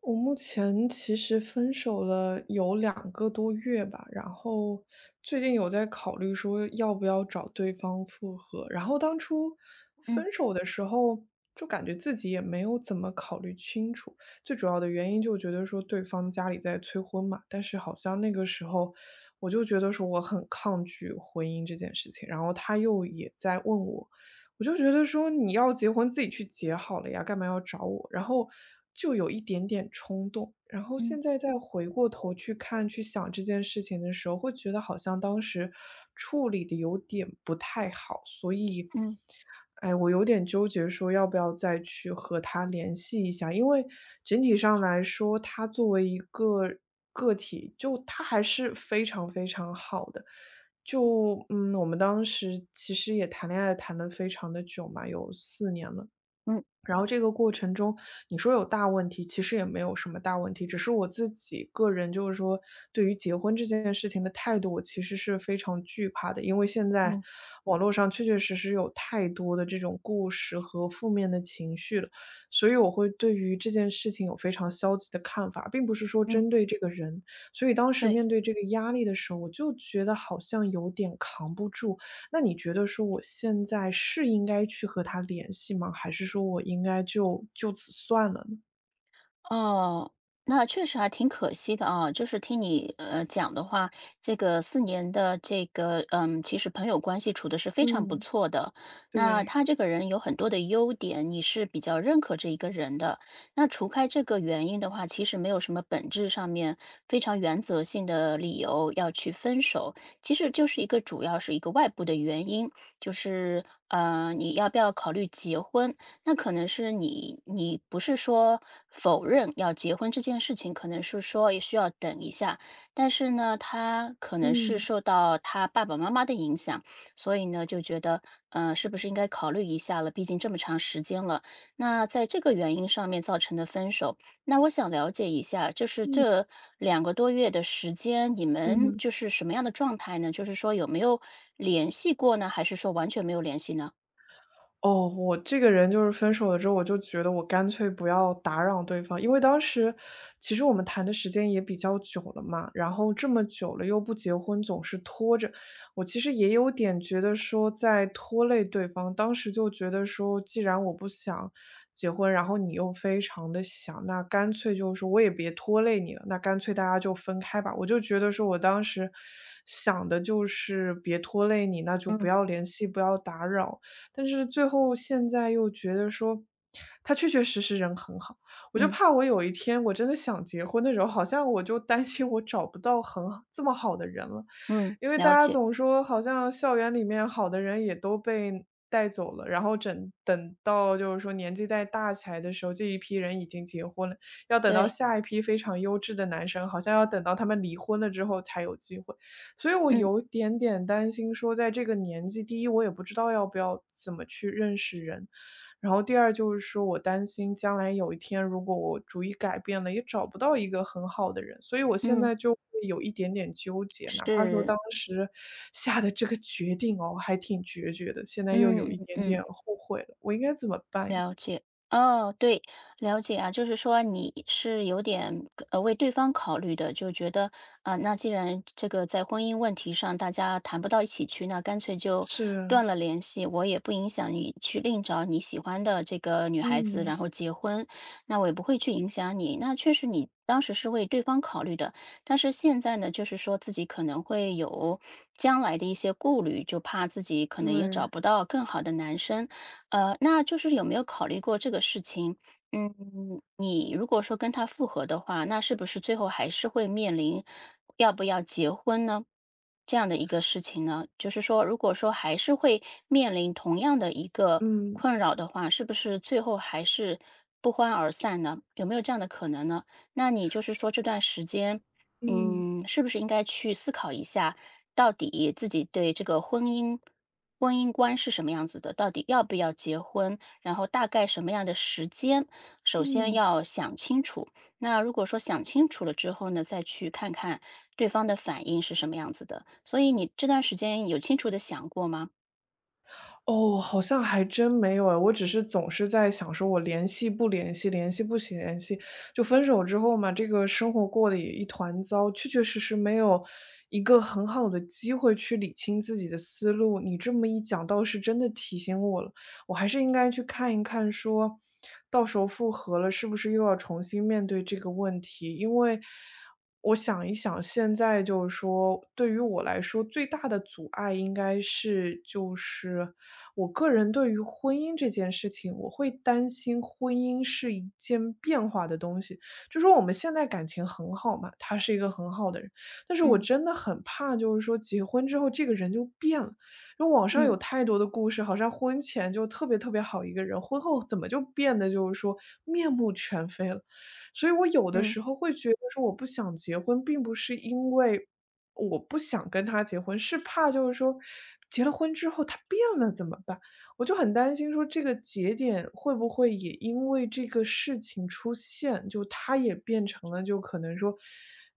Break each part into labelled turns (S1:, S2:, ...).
S1: 我目前其实分手了有两个多月吧，然后最近有在考虑说要不要找对方复合。然后当初
S2: 嗯
S1: 分手的时候，就感觉自己也没有怎么考虑清楚，最主要的原因就觉得说对方家里在催婚嘛，但是好像那个时候我就觉得说我很抗拒婚姻这件事情，然后他又也在问我就觉得说你要结婚自己去结好了呀，干嘛要找我？然后就有一点点冲动，然后
S2: 嗯
S1: 现在再回过头去看、去想这件事情的时候，会觉得好像当时处理的有点不太好，所以，
S2: 嗯
S1: 哎，我有点纠结，说要不要再去和他联系一下，因为整体上来说，他作为一个个体，就他还是非常非常好的。就嗯，我们当时其实也谈恋爱谈得非常的久嘛，有4年了。
S2: 嗯
S1: 然后这个过程中，你说有大问题，其实也没有什么大问题，只是我自己个人就是说，对于结婚这件事情的态度，我其实是非常惧怕的。因为现在
S2: 嗯
S1: 网络上确确实实有太多的这种故事和负面的情绪了，所以我会对于这件事情有非常消极的看法，并不是说
S2: 嗯，
S1: 针对这个人。所以当时
S2: 对，
S1: 面对这个压力的时候，我就觉得好像有点扛不住，那你觉得说我现在是应该去和他联系吗？还是说我应该就此算了呢？
S2: 哦，那确实还挺可惜的啊。就是听你讲的话，这个4年的其实朋友关系处的是非常不
S1: 嗯。
S2: 错的。那
S1: 对。
S2: 他这个人有很多的优点，你是比较认可这一个人的。那除开这个原因的话，其实没有什么本质上面非常原则性的理由要去分手，其实就是一个主要是一个外部的原因，就是你要不要考虑结婚？那可能是你不是说否认要结婚这件事情，可能是说也需要等一下。但是呢，他可能是
S1: 嗯，
S2: 受到他爸爸妈妈的影响，所以呢，就觉得，是不是应该考虑一下了？毕竟这么长时间了。那在这个原因上面造成的分手，那我想了解一下，就是
S1: 嗯。
S2: 这2个多月的时间，你们
S1: 嗯。
S2: 就是什么样的状态呢？就是说有没有联系过呢？还是说完全没有联系呢？
S1: 哦，我这个人就是分手了之后，我就觉得我干脆不要打扰对方，因为当时其实我们谈的时间也比较久了嘛，然后这么久了又不结婚，总是拖着，我其实也有点觉得说在拖累对方。当时就觉得说，既然我不想结婚，然后你又非常的想，那干脆就是说我也别拖累你了，那干脆大家就分开吧。我就觉得说我当时想的就是别拖累你，那就不
S2: 嗯
S1: 要联系，不要打扰。但是最后现在又觉得说，他确确实实人很好，我就
S2: 嗯
S1: 怕我有一天我真的想结婚的时候，好像我就担心我找不到很好这么好的人了。
S2: 嗯，
S1: 因为大
S2: 了
S1: 家
S2: 解。
S1: 总说好像校园里面好的人也都被带走了，然后整等到就是说年纪再大起来的时候，这一批人已经结婚了，要等到
S2: 对，
S1: 下一批非常优质的男生，好像要等到他们离婚了之后才有机会。所以我
S2: 嗯
S1: 有点点担心说在这个年纪，第一我也不知道要不要怎么去认识人，然后第二就是说我担心将来有一天如果我主意改变了，也找不到一个很好的人，所以我现
S2: 嗯，
S1: 在就会有一点点纠结，哪怕说
S2: 是，
S1: 当时 下的这个决定哦，还挺决绝的，现在又有
S2: 嗯
S1: 一
S2: 嗯
S1: 点
S2: 嗯
S1: 点后悔了，我应该怎么办呀？
S2: 了解，哦，对，了解啊，就是说你是有点为对方考虑的，就觉得啊，那既然这个在婚姻问题上大家谈不到一起去，那干脆就
S1: 是啊
S2: 断了联系，我也不影响你去另找你喜欢的这个女孩子，
S1: 嗯，
S2: 然后结婚，那我也不会去影响你。那确实你当时是为对方考虑的，但是现在呢，就是说自己可能会有将来的一些顾虑，就怕自己可能也找
S1: 对，
S2: 不到更好的男生。那就是有没有考虑过这个事情？嗯，你如果说跟他复合的话，那是不是最后还是会面临要不要结婚呢？这样的一个事情呢？就是说，如果说还是会面临同样的一个
S1: 嗯
S2: 困扰的话，是不是最后还是不欢而散呢？有没有这样的可能呢？那你就是说这段时间
S1: 嗯
S2: 嗯，是不是应该去思考一下，到底自己对这个婚姻观是什么样子的？到底要不要结婚？然后大概什么样的时间？首先
S1: 嗯。
S2: 要想清楚。那如果说想清楚了之后呢，再去看看对方的反应是什么样子的。所以你这段时间有清楚的想过吗？
S1: 哦，好像还真没有哎，我只是总是在想说我联系不联系，联系不联系。就分手之后嘛，这个生活过得也一团糟，确确实实没有一个很好的机会去理清自己的思路。你这么一讲，倒是真的提醒我了。我还是应该去看一看说，到时候复合了，是不是又要重新面对这个问题？因为我想一想，现在就是说，对于我来说，最大的阻碍应该是就是我个人对于婚姻这件事情，我会担心婚姻是一件变化的东西。就说我们现在感情很好嘛，他是一个很好的人，但是我
S2: 嗯
S1: 真的很怕，就是说结婚之后这个人就变了。因为网上
S2: 嗯
S1: 有太多的故事，好像婚前就特别特别好一个人，婚后怎么就变得就是说面目全非了。所以我有的
S2: 嗯
S1: 时候会觉得说我不想结婚，并不是因为我不想跟他结婚，是怕就是说结了婚之后他变了怎么办？我就很担心说这个节点会不会也因为这个事情出现，就他也变成了就可能说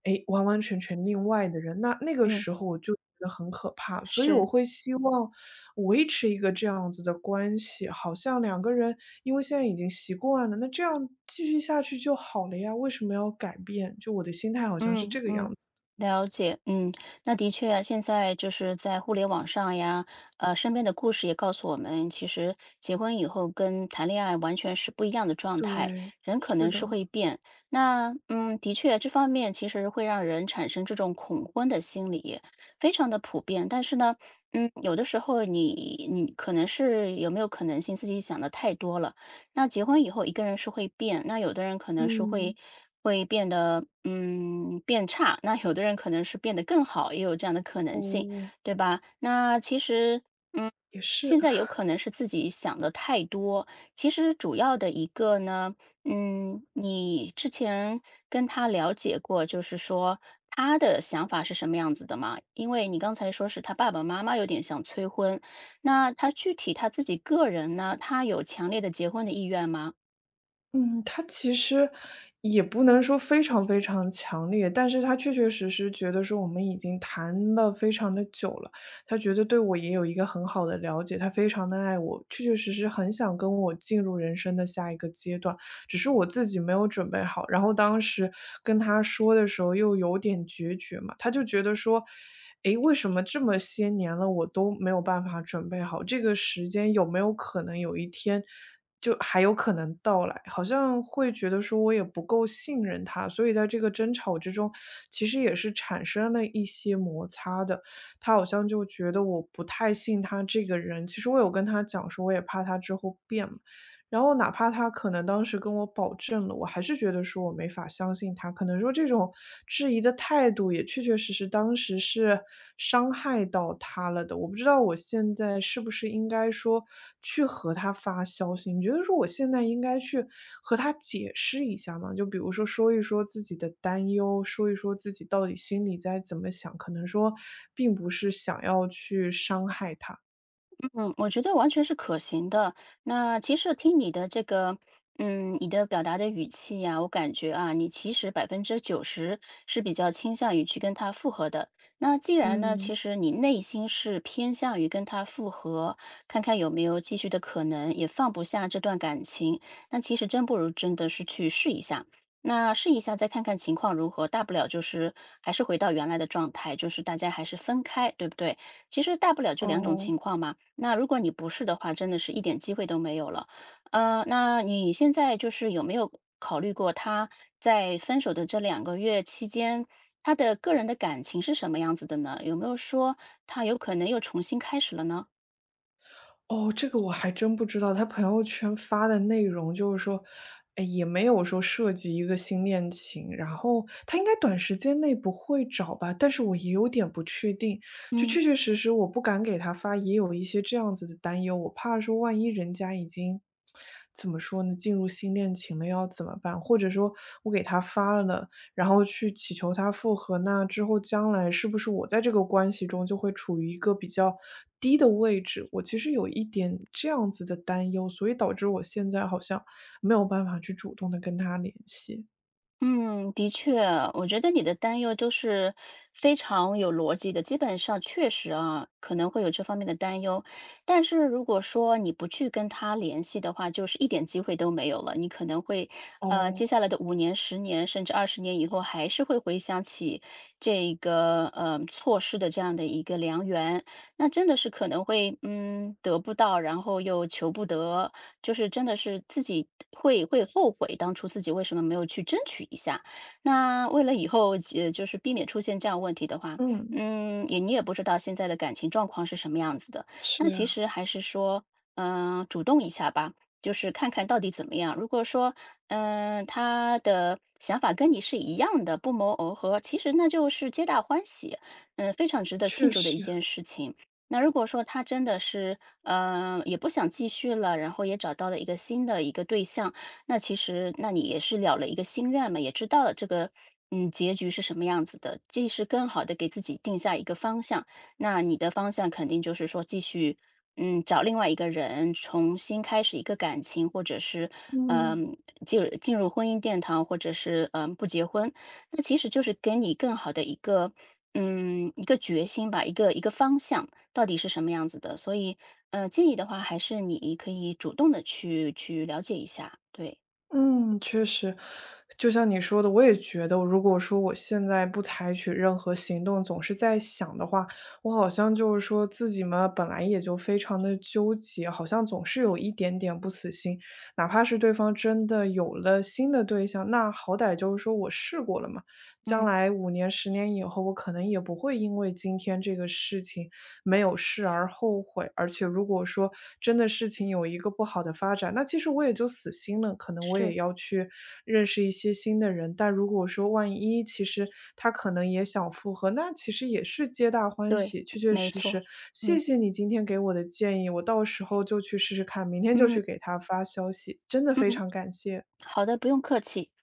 S1: 诶，完完全全另外的人，那那个
S2: 嗯，
S1: 时候我就觉得很可怕。所以我
S2: 是。
S1: 会希望维持一个这样子的关系，好像两个人因为现在已经习惯了，那这样继续下去就好了呀，为什么要改变？就我的心态好像是
S2: 嗯
S1: 这个样
S2: 嗯，
S1: 子。
S2: 了解，嗯，那的确啊，现在就是在互联网上呀，身边的故事也告诉我们，其实结婚以后跟谈恋爱完全是不一样的状态，
S1: 对，
S2: 人可
S1: 是
S2: 能
S1: 的，
S2: 是会变。那嗯，的确，这方面其实会让人产生这种恐婚的心理，非常的普遍。但是呢，嗯，有的时候你可能是有没有可能性自己想的太多了，那结婚以后，一个人是会变，那有的人可能是会
S1: 嗯，
S2: 会变得变差，那有的人可能是变得更好，也有这样的可能性，
S1: 哦，
S2: 对吧？那其实嗯，
S1: 也是。
S2: 现在有可能是自己想的太多，其实主要的一个呢，嗯，你之前跟他了解过，就是说。他的想法是什么样子的吗？因为你刚才说是他爸爸妈妈有点想催婚，那他具体他自己个人呢，他有强烈的结婚的意愿吗？
S1: 嗯，他其实也不能说非常非常强烈，但是他确确实实觉得说我们已经谈了非常的久了，他觉得对我也有一个很好的了解，他非常的爱我，确确实实很想跟我进入人生的下一个阶段。只是我自己没有准备好。然后当时跟他说的时候又有点决绝嘛，他就觉得说，诶，为什么这么些年了我都没有办法准备好？这个时间有没有可能有一天就还有可能到来？好像会觉得说我也不够信任他，所以在这个争吵之中，其实也是产生了一些摩擦的。他好像就觉得我不太信他这个人。其实我有跟他讲说，我也怕他之后变嘛。然后哪怕他可能当时跟我保证了，我还是觉得说我没法相信他。可能说这种质疑的态度也确确实实当时是伤害到他了的。我不知道我现在是不是应该说去和他发消息？你觉得说我现在应该去和他解释一下吗？就比如说说一说自己的担忧，说一说自己到底心里在怎么想，可能说并不是想要去伤害他。
S2: 嗯，我觉得完全是可行的。那其实听你的这个，嗯，你的表达的语气呀，我感觉啊，你其实90%是比较倾向于去跟他复合的。那既然呢，其
S1: 嗯，
S2: 实你内心是偏向于跟他复合，看看有没有继续的可能，也放不下这段感情，那其实真不如真的是去试一下。那试一下，再看看情况如何，大不了就是还是回到原来的状态，就是大家还是分开，对不对？其实大不了就两种
S1: 哦。
S2: 情况嘛。那如果你不是的话，真的是一点机会都没有了。那你现在就是有没有考虑过他在分手的这2个月期间，他的个人的感情是什么样子的呢？有没有说他有可能又重新开始了呢？
S1: 哦，这个我还真不知道，他朋友圈发的内容就是说，哎，也没有说涉及一个新恋情，然后他应该短时间内不会找吧，但是我也有点不确定，就
S2: 嗯。
S1: 确确实实我不敢给他发，也有一些这样子的担忧，我怕说万一人家已经怎么说呢，进入新恋情了要怎么办，或者说我给他发了呢，然后去祈求他复合，那之后将来是不是我在这个关系中就会处于一个比较低的位置？我其实有一点这样子的担忧，所以导致我现在好像没有办法去主动的跟他联系。
S2: 嗯，的确，我觉得你的担忧都是非常有逻辑的。基本上确实啊，可能会有这方面的担忧，但是如果说你不去跟他联系的话，就是一点机会都没有了。你可能会，接
S1: 哦。
S2: 下来的5年、十年，甚至20年以后，还是会回想起这个错失的这样的一个良缘。那真的是可能会，嗯，得不到，然后又求不得，就是真的是自己会后悔当初自己为什么没有去争取一下。那为了以后就是避免出现这样问题的话，
S1: 嗯，
S2: 嗯，也你也不知道现在的感情状况是什么样子的。
S1: 是
S2: 那其
S1: 啊，
S2: 实还是说，嗯、主动一下吧，就是看看到底怎么样。如果说，嗯、他的想法跟你是一样的，不谋而合，其实那就是皆大欢喜，嗯、非常值得庆
S1: 确
S2: 祝的一
S1: 实，
S2: 件事情。那如果说他真的是，嗯，也不想继续了，然后也找到了一个新的一个对象，那其实那你也是了了一个心愿嘛，也知道了这个，嗯，结局是什么样子的，既是更好的给自己定下一个方向。那你的方向肯定就是说继续，嗯，找另外一个人，重新开始一个感情，或者是，
S1: 嗯。
S2: 嗯，进入婚姻殿堂，或者是，嗯，不结婚。那其实就是给你更好的一个，嗯，一个决心吧，一个方向。到底是什么样子的。所以，建议的话，还是你可以主动的去了解一下。对，
S1: 嗯，确实，就像你说的，我也觉得，如果说我现在不采取任何行动，总是在想的话，我好像就是说自己嘛，本来也就非常的纠结，好像总是有一点点不死心。哪怕是对方真的有了新的对象，那好歹就是说我试过了嘛，将
S2: 嗯，
S1: 来5年、10年以后，我可能也不会因为今天这个事情。没有事而后悔。而且如果说真的事情有一个不好的发展，那其实我也就死心了，可能我也
S2: 是，
S1: 要去认识一些新的人。但如果说万一其实他可能也想复合，那其实也是皆大欢
S2: 对，
S1: 喜，确确
S2: 没
S1: 实
S2: 错，
S1: 实。谢
S2: 嗯
S1: 谢你今天给我的建议，我到时候就去试试看，明天就
S2: 嗯
S1: 去给他发消息，真的非
S2: 嗯，
S1: 常感谢。
S2: 好的，不用客气。